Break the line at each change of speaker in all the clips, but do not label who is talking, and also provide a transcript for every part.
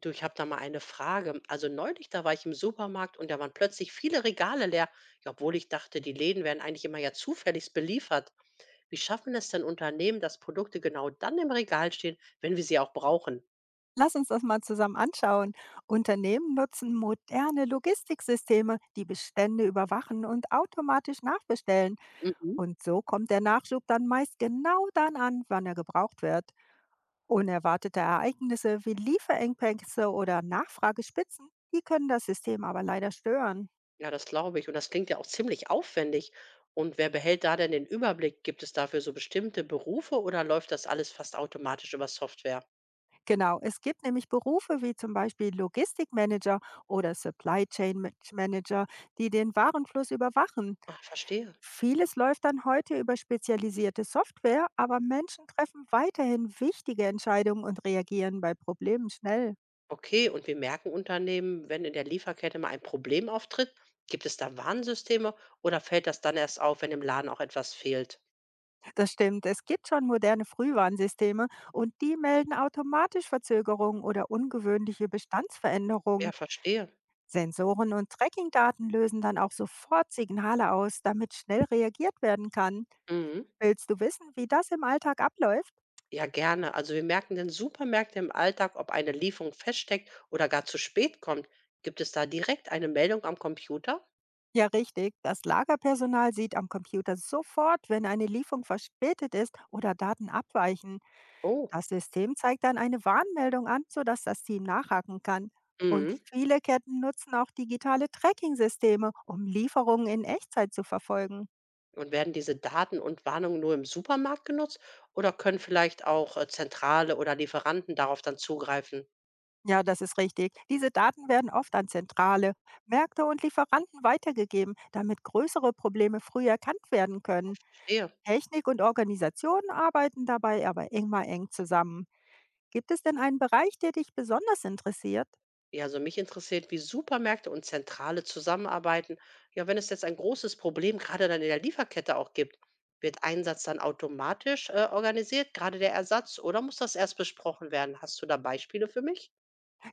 Du, ich habe da mal eine Frage. Also neulich, da war ich im Supermarkt und da waren plötzlich viele Regale leer, ja, obwohl ich dachte, die Läden werden eigentlich immer ja zufällig beliefert. Wie schaffen es denn Unternehmen, dass Produkte genau dann im Regal stehen, wenn wir sie auch brauchen?
Lass uns das mal zusammen anschauen. Unternehmen nutzen moderne Logistiksysteme, die Bestände überwachen und automatisch nachbestellen.
Mhm.
Und so kommt der Nachschub dann meist genau dann an, wann er gebraucht wird. Unerwartete Ereignisse wie Lieferengpässe oder Nachfragespitzen, die können das System aber leider stören.
Ja, das glaube ich. Und das klingt ja auch ziemlich aufwendig. Und wer behält da denn den Überblick? Gibt es dafür so bestimmte Berufe oder läuft das alles fast automatisch über Software?
Genau, es gibt nämlich Berufe wie zum Beispiel Logistikmanager oder Supply Chain Manager, die den Warenfluss überwachen.
Ah, verstehe.
Vieles läuft dann heute über spezialisierte Software, aber Menschen treffen weiterhin wichtige Entscheidungen und reagieren bei Problemen schnell.
Okay, und wie merken Unternehmen, wenn in der Lieferkette mal ein Problem auftritt? Gibt es da Warnsysteme oder fällt das dann erst auf, wenn im Laden auch etwas fehlt?
Das stimmt, es gibt schon moderne Frühwarnsysteme und die melden automatisch Verzögerungen oder ungewöhnliche
Ja,
Bestandsveränderungen.
verstehe.
Sensoren und Trackingdaten lösen dann auch sofort Signale aus, damit schnell reagiert werden kann.
Mhm.
Willst du wissen, wie das im Alltag abläuft?
Ja, gerne. Also wir merken den Supermärkten im Alltag, ob eine Lieferung feststeckt oder gar zu spät kommt. Gibt es da direkt eine Meldung am Computer?
Ja, richtig. Das Lagerpersonal sieht am Computer sofort, wenn eine Lieferung verspätet ist oder Daten abweichen.
Oh.
Das System zeigt dann eine Warnmeldung an, sodass das Team nachhaken kann. Und
Mhm.
viele Ketten nutzen auch digitale Tracking-Systeme, um Lieferungen in Echtzeit zu verfolgen.
Und werden diese Daten und Warnungen nur im Supermarkt genutzt oder können vielleicht auch Zentrale oder Lieferanten darauf dann zugreifen?
Ja, das ist richtig. Diese Daten werden oft an Zentrale, Märkte und Lieferanten weitergegeben, damit größere Probleme früh erkannt werden können.
Verstehe.
Technik und Organisation arbeiten dabei aber immer eng zusammen. Gibt es denn einen Bereich, der dich besonders interessiert?
Ja, also mich interessiert, wie Supermärkte und Zentrale zusammenarbeiten. Ja, wenn es jetzt ein großes Problem gerade dann in der Lieferkette auch gibt, wird Einsatz dann automatisch organisiert, gerade der Ersatz, oder muss das erst besprochen werden? Hast du da Beispiele für mich?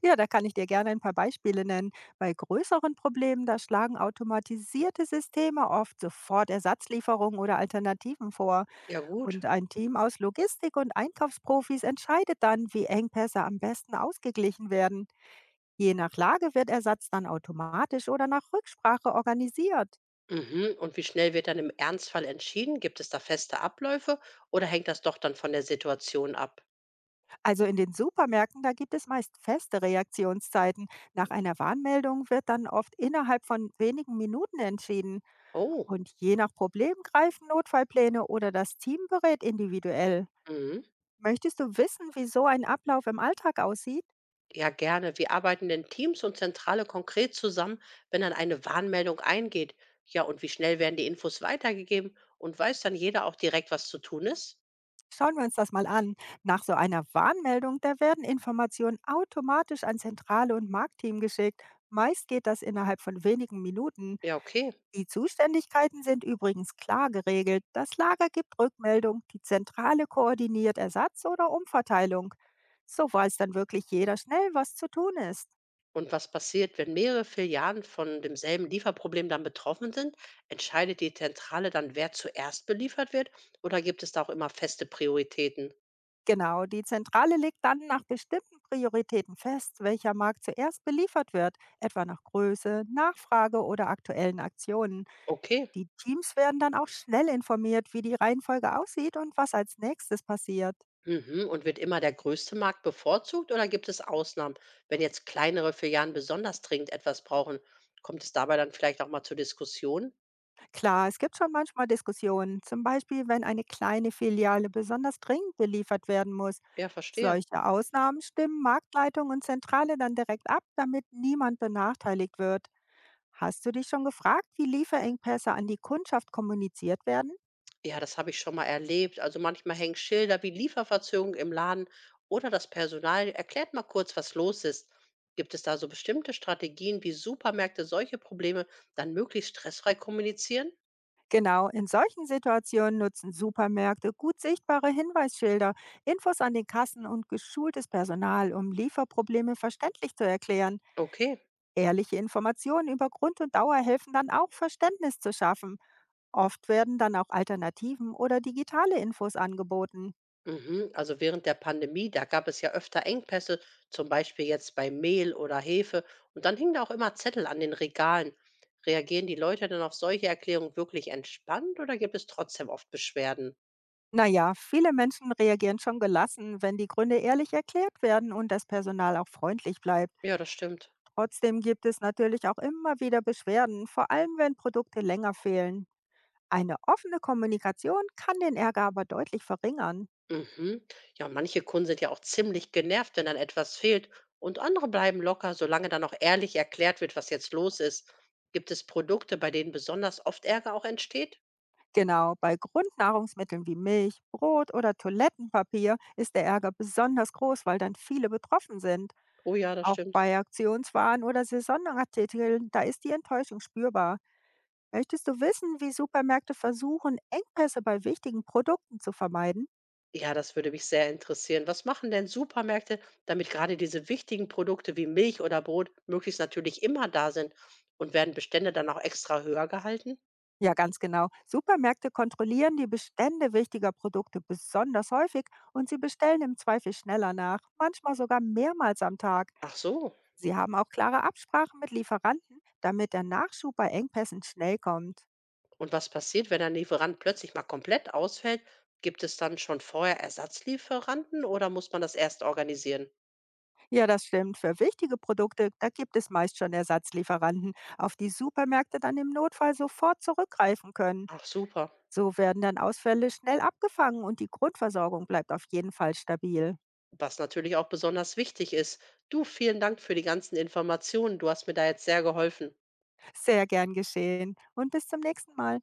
Ja, da kann ich dir gerne ein paar Beispiele nennen. Bei größeren Problemen, da schlagen automatisierte Systeme oft sofort Ersatzlieferungen oder Alternativen vor.
Ja gut.
Und ein Team aus Logistik und Einkaufsprofis entscheidet dann, wie Engpässe am besten ausgeglichen werden. Je nach Lage wird Ersatz dann automatisch oder nach Rücksprache organisiert.
Mhm. Und wie schnell wird dann im Ernstfall entschieden? Gibt es da feste Abläufe oder hängt das doch dann von der Situation ab?
Also in den Supermärkten, da gibt es meist feste Reaktionszeiten. Nach einer Warnmeldung wird dann oft innerhalb von wenigen Minuten entschieden.
Oh.
Und je nach Problem greifen Notfallpläne oder das Team berät individuell.
Mhm.
Möchtest du wissen, wie so ein Ablauf im Alltag aussieht?
Ja, gerne. Wir arbeiten in Teams und Zentrale konkret zusammen, wenn dann eine Warnmeldung eingeht. Ja, und wie schnell werden die Infos weitergegeben und weiß dann jeder auch direkt, was zu tun ist?
Schauen wir uns das mal an. Nach so einer Warnmeldung, da werden Informationen automatisch an Zentrale und Marktteam geschickt. Meist geht das innerhalb von wenigen Minuten.
Ja, okay.
Die Zuständigkeiten sind übrigens klar geregelt. Das Lager gibt Rückmeldung, die Zentrale koordiniert Ersatz oder Umverteilung. So weiß dann wirklich jeder schnell, was zu tun ist.
Und was passiert, wenn mehrere Filialen von demselben Lieferproblem dann betroffen sind? Entscheidet die Zentrale dann, wer zuerst beliefert wird oder gibt es da auch immer feste Prioritäten?
Genau, die Zentrale legt dann nach bestimmten Prioritäten fest, welcher Markt zuerst beliefert wird, etwa nach Größe, Nachfrage oder aktuellen Aktionen.
Okay.
Die Teams werden dann auch schnell informiert, wie die Reihenfolge aussieht und was als nächstes passiert.
Mhm. Und wird immer der größte Markt bevorzugt oder gibt es Ausnahmen? Wenn jetzt kleinere Filialen besonders dringend etwas brauchen, kommt es dabei dann vielleicht auch mal zur Diskussion?
Klar, es gibt schon manchmal Diskussionen, zum Beispiel wenn eine kleine Filiale besonders dringend beliefert werden muss.
Ja, verstehe.
Solche Ausnahmen stimmen Marktleitung und Zentrale dann direkt ab, damit niemand benachteiligt wird. Hast du dich schon gefragt, wie Lieferengpässe an die Kundschaft kommuniziert werden?
Ja, das habe ich schon mal erlebt. Also manchmal hängen Schilder wie Lieferverzögerung im Laden oder das Personal erklärt mal kurz, was los ist. Gibt es da so bestimmte Strategien, wie Supermärkte solche Probleme dann möglichst stressfrei kommunizieren?
Genau, in solchen Situationen nutzen Supermärkte gut sichtbare Hinweisschilder, Infos an den Kassen und geschultes Personal, um Lieferprobleme verständlich zu erklären.
Okay.
Ehrliche Informationen über Grund und Dauer helfen dann auch, Verständnis zu schaffen. Oft werden dann auch Alternativen oder digitale Infos angeboten.
Mhm. Also während der Pandemie, da gab es ja öfter Engpässe, zum Beispiel jetzt bei Mehl oder Hefe. Und dann hingen da auch immer Zettel an den Regalen. Reagieren die Leute denn auf solche Erklärungen wirklich entspannt oder gibt es trotzdem oft Beschwerden?
Naja, viele Menschen reagieren schon gelassen, wenn die Gründe ehrlich erklärt werden und das Personal auch freundlich bleibt.
Ja, das stimmt.
Trotzdem gibt es natürlich auch immer wieder Beschwerden, vor allem wenn Produkte länger fehlen. Eine offene Kommunikation kann den Ärger aber deutlich verringern.
Mhm. Ja, manche Kunden sind ja auch ziemlich genervt, wenn dann etwas fehlt. Und andere bleiben locker, solange dann auch ehrlich erklärt wird, was jetzt los ist. Gibt es Produkte, bei denen besonders oft Ärger auch entsteht?
Genau, bei Grundnahrungsmitteln wie Milch, Brot oder Toilettenpapier ist der Ärger besonders groß, weil dann viele betroffen sind.
Oh ja, das
Auch
stimmt.
bei Aktionswaren oder Saisonartikeln, da ist die Enttäuschung spürbar. Möchtest du wissen, wie Supermärkte versuchen, Engpässe bei wichtigen Produkten zu vermeiden?
Ja, das würde mich sehr interessieren. Was machen denn Supermärkte, damit gerade diese wichtigen Produkte wie Milch oder Brot möglichst natürlich immer da sind und werden Bestände dann auch extra höher gehalten?
Ja, ganz genau. Supermärkte kontrollieren die Bestände wichtiger Produkte besonders häufig und sie bestellen im Zweifel schneller nach, manchmal sogar mehrmals am Tag.
Ach so.
Sie haben auch klare Absprachen mit Lieferanten, damit der Nachschub bei Engpässen schnell kommt.
Und was passiert, wenn ein Lieferant plötzlich mal komplett ausfällt? Gibt es dann schon vorher Ersatzlieferanten oder muss man das erst organisieren?
Ja, das stimmt. Für wichtige Produkte, da gibt es meist schon Ersatzlieferanten, auf die Supermärkte dann im Notfall sofort zurückgreifen können.
Ach super.
So werden dann Ausfälle schnell abgefangen und die Grundversorgung bleibt auf jeden Fall stabil.
Was natürlich auch besonders wichtig ist. Du, vielen Dank für die ganzen Informationen. Du hast mir da jetzt sehr geholfen.
Sehr gern geschehen und bis zum nächsten Mal.